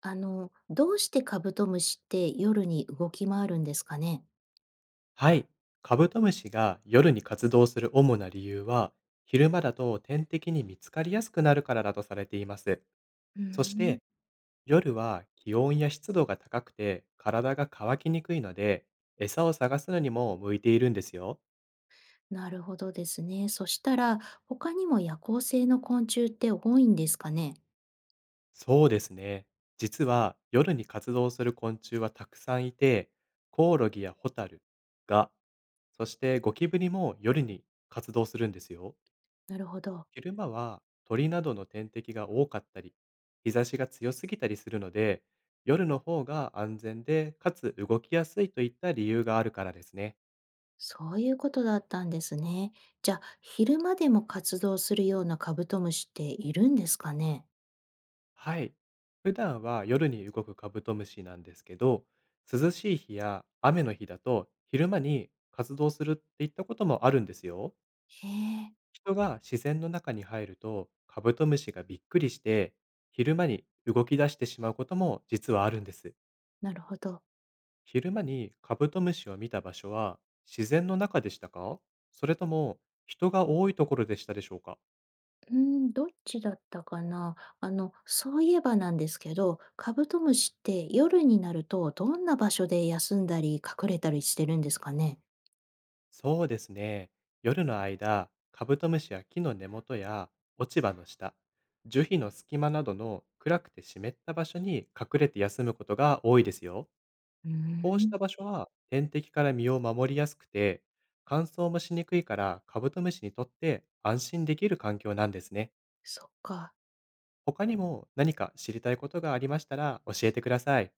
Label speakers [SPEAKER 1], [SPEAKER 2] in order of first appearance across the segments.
[SPEAKER 1] どうしてカブトムシって夜に動き回るんですかね？
[SPEAKER 2] はい。カブトムシが夜に活動する主な理由は、昼間だと天敵に見つかりやすくなるからだとされています。
[SPEAKER 1] うー
[SPEAKER 2] そし
[SPEAKER 1] ん、
[SPEAKER 2] て、夜は気温や湿度が高くて体が乾きにくいので、餌を探すのにも向いているんですよ。
[SPEAKER 1] なるほどですね。そしたら、他にも夜行性の昆虫って多いんですかね？
[SPEAKER 2] そうですね。実は夜に活動する昆虫はたくさんいて、コオロギやホタル、ガ、そしてゴキブリも夜に活動するんですよ。
[SPEAKER 1] なるほど。
[SPEAKER 2] 昼間は鳥などの天敵が多かったり、日差しが強すぎたりするので、夜の方が安全で、かつ動きやすいといった理由があるからですね。
[SPEAKER 1] そういうことだったんですね。じゃあ、昼間でも活動するようなカブトムシっているんですかね？
[SPEAKER 2] はい。普段は夜に動くカブトムシなんですけど、涼しい日や雨の日だと昼間に活動するっていったこともあるんですよ。
[SPEAKER 1] へえ、
[SPEAKER 2] 人が自然の中に入るとカブトムシがびっくりして、昼間に動き出してしまうことも実はあるんです。
[SPEAKER 1] なるほど。
[SPEAKER 2] 昼間にカブトムシを見た場所は自然の中でしたか、それとも人が多いところでしたでしょうか。
[SPEAKER 1] うーん、どっちだったかな。そういえばなんですけど、カブトムシって夜になるとどんな場所で休んだり隠れたりしてるんですかね？
[SPEAKER 2] そうですね。夜の間、カブトムシは木の根元や落ち葉の下、樹皮の隙間などの暗くて湿った場所に隠れて休むことが多いですよ。
[SPEAKER 1] うー
[SPEAKER 2] こうした
[SPEAKER 1] ん、
[SPEAKER 2] 場所は天敵から身を守りやすくて、乾燥もしにくいからカブトムシにとって安心できる環境なんですね。
[SPEAKER 1] そっか。
[SPEAKER 2] 他にも何か知りたいことがありましたら教えてください。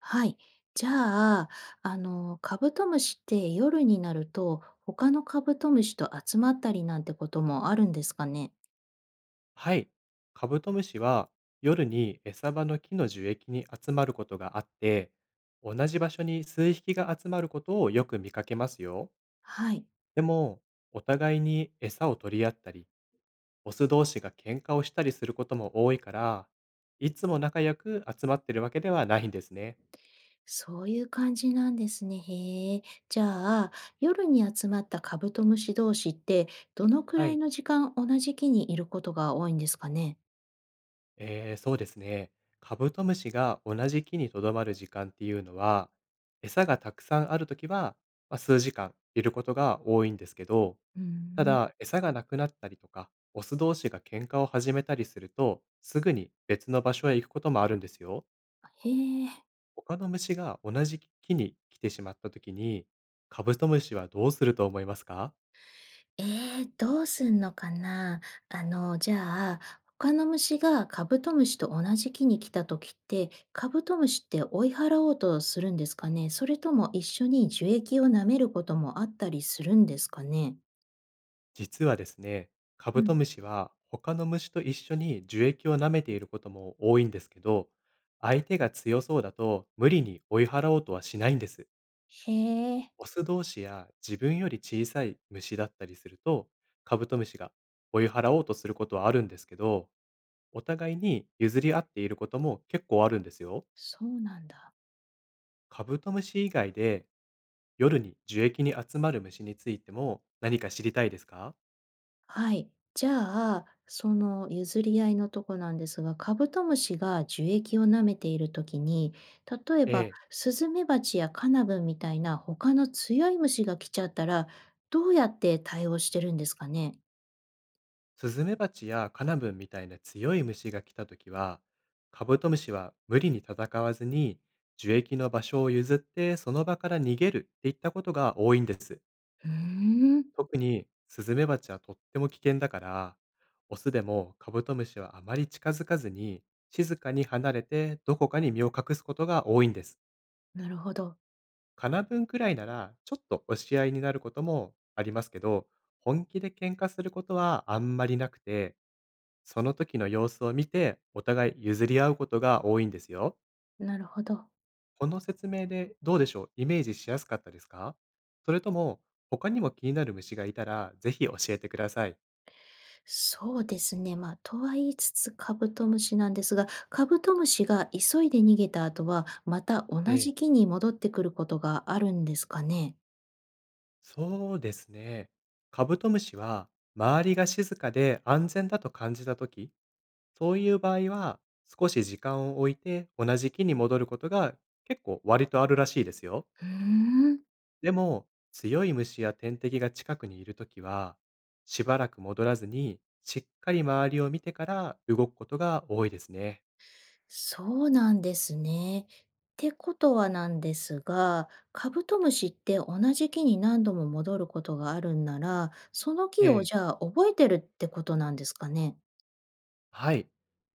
[SPEAKER 1] はい。じゃあ、カブトムシって夜になると、他のカブトムシと集まったりなんてこともあるんですかね？
[SPEAKER 2] はい。カブトムシは夜に餌場の木の樹液に集まることがあって、同じ場所に数匹が集まることをよく見かけますよ。
[SPEAKER 1] はい。
[SPEAKER 2] でも、お互いに餌を取り合ったり、オス同士が喧嘩をしたりすることも多いから、いつも仲良く集まってるわけではないんですね。
[SPEAKER 1] そういう感じなんですね。へえ。じゃあ、夜に集まったカブトムシ同士って、どのく
[SPEAKER 2] は
[SPEAKER 1] らい
[SPEAKER 2] い。
[SPEAKER 1] の時間同じ木にいることが多いんですかね？
[SPEAKER 2] ええ、そうですね。カブトムシが同じ木にとどまる時間っていうのは、餌がたくさんあるときは、まあ、数時間いることが多いんですけど、
[SPEAKER 1] うー
[SPEAKER 2] た
[SPEAKER 1] ん。
[SPEAKER 2] だ、餌がなくなったりとか、オス同士が喧嘩を始めたりすると、すぐに別の場所へ行くこともあるんですよ。
[SPEAKER 1] へえ。
[SPEAKER 2] 他の虫が同じ木に来てしまったときに、カブトムシはどうすると思いますか？
[SPEAKER 1] えーどうすんのかな。じゃあ、他の虫がカブトムシと同じ木に来た時って、カブトムシって追い払おうとするんですかね？それとも一緒に樹液を舐めることもあったりするんですかね？
[SPEAKER 2] 実はですね、カ
[SPEAKER 1] う
[SPEAKER 2] ブト
[SPEAKER 1] ん。
[SPEAKER 2] ムシは他の虫と一緒に樹液を舐めていることも多いんですけど、相手が強そうだと無理に追い払おうとはしないんです。
[SPEAKER 1] へえ、
[SPEAKER 2] オス同士や自分より小さい虫だったりすると、カブトムシが追い払おうとすることはあるんですけど、お互いに譲り合っていることも結構あるんですよ。
[SPEAKER 1] そうなんだ。
[SPEAKER 2] カブトムシ以外で夜に樹液に集まる虫についても何か知りたいですか。
[SPEAKER 1] はい。じゃあ、その譲り合いのとこなんですが、カブトムシが樹液を舐めているときに、例え
[SPEAKER 2] え
[SPEAKER 1] ば
[SPEAKER 2] え、
[SPEAKER 1] スズメバチやカナブンみたいな他の強い虫が来ちゃったら、どうやって対応してるんですかね。
[SPEAKER 2] スズメバチやカナブンみたいな強い虫が来たときは、カブトムシは無理に戦わずに、樹液の場所を譲ってその場から逃げるっていったことが多いんです。
[SPEAKER 1] うーん、
[SPEAKER 2] 特にスズメバチはとっても危険だから、オスでもカブトムシはあまり近づかずに、静かに離れてどこかに身を隠すことが多いんです。
[SPEAKER 1] なるほど。
[SPEAKER 2] カナブンくらいならちょっと押し合いになることもありますけど、本気で喧嘩することはあんまりなくて、その時の様子を見て、お互い譲り合うことが多いんですよ。
[SPEAKER 1] なるほど。
[SPEAKER 2] この説明でどうでしょう、イメージしやすかったですか？それとも、他にも気になる虫がいたら、ぜひ教えてください。
[SPEAKER 1] そうですね。まあ、とは言いつつカブトムシなんですが、カブトムシが急いで逃げた後は、また同
[SPEAKER 2] ええ、
[SPEAKER 1] じ木に戻ってくることがあるんですかね。
[SPEAKER 2] そうですね。カブトムシは、周りが静かで安全だと感じた時、そういう場合は、少し時間を置いて同じ木に戻ることが結構割とあるらしいですよ。
[SPEAKER 1] うーん。
[SPEAKER 2] でも、強い虫や天敵が近くにいるときは、しばらく戻らずに、しっかり周りを見てから動くことが多いですね。
[SPEAKER 1] そうなんですね。ってことはなんですが、カブトムシって同じ木に何度も戻ることがあるんなら、その
[SPEAKER 2] え
[SPEAKER 1] 木を
[SPEAKER 2] え。
[SPEAKER 1] じゃあ覚えてるってことなんですかね？
[SPEAKER 2] はい。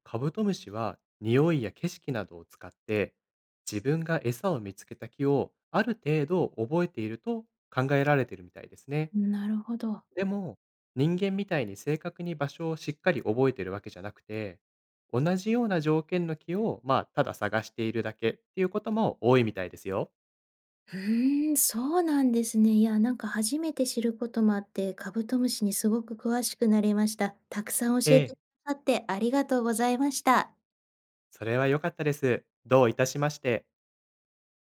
[SPEAKER 2] カブトムシは匂いや景色などを使って、自分が餌を見つけた木をある程度覚えていると考えられているみたいですね。
[SPEAKER 1] なるほど。
[SPEAKER 2] でも、人間みたいに正確に場所をしっかり覚えているわけじゃなくて、同じような条件の木を、まあ、ただ探しているだけっていうことも多いみたいですよ。
[SPEAKER 1] うーん、そうなんですね。いや、なんか初めて知ることもあって、カブトムシにすごく詳しくなりました。たくさん教
[SPEAKER 2] え
[SPEAKER 1] えて
[SPEAKER 2] え、
[SPEAKER 1] くださってありがとうございました。
[SPEAKER 2] それは良かったです。どういたしまして。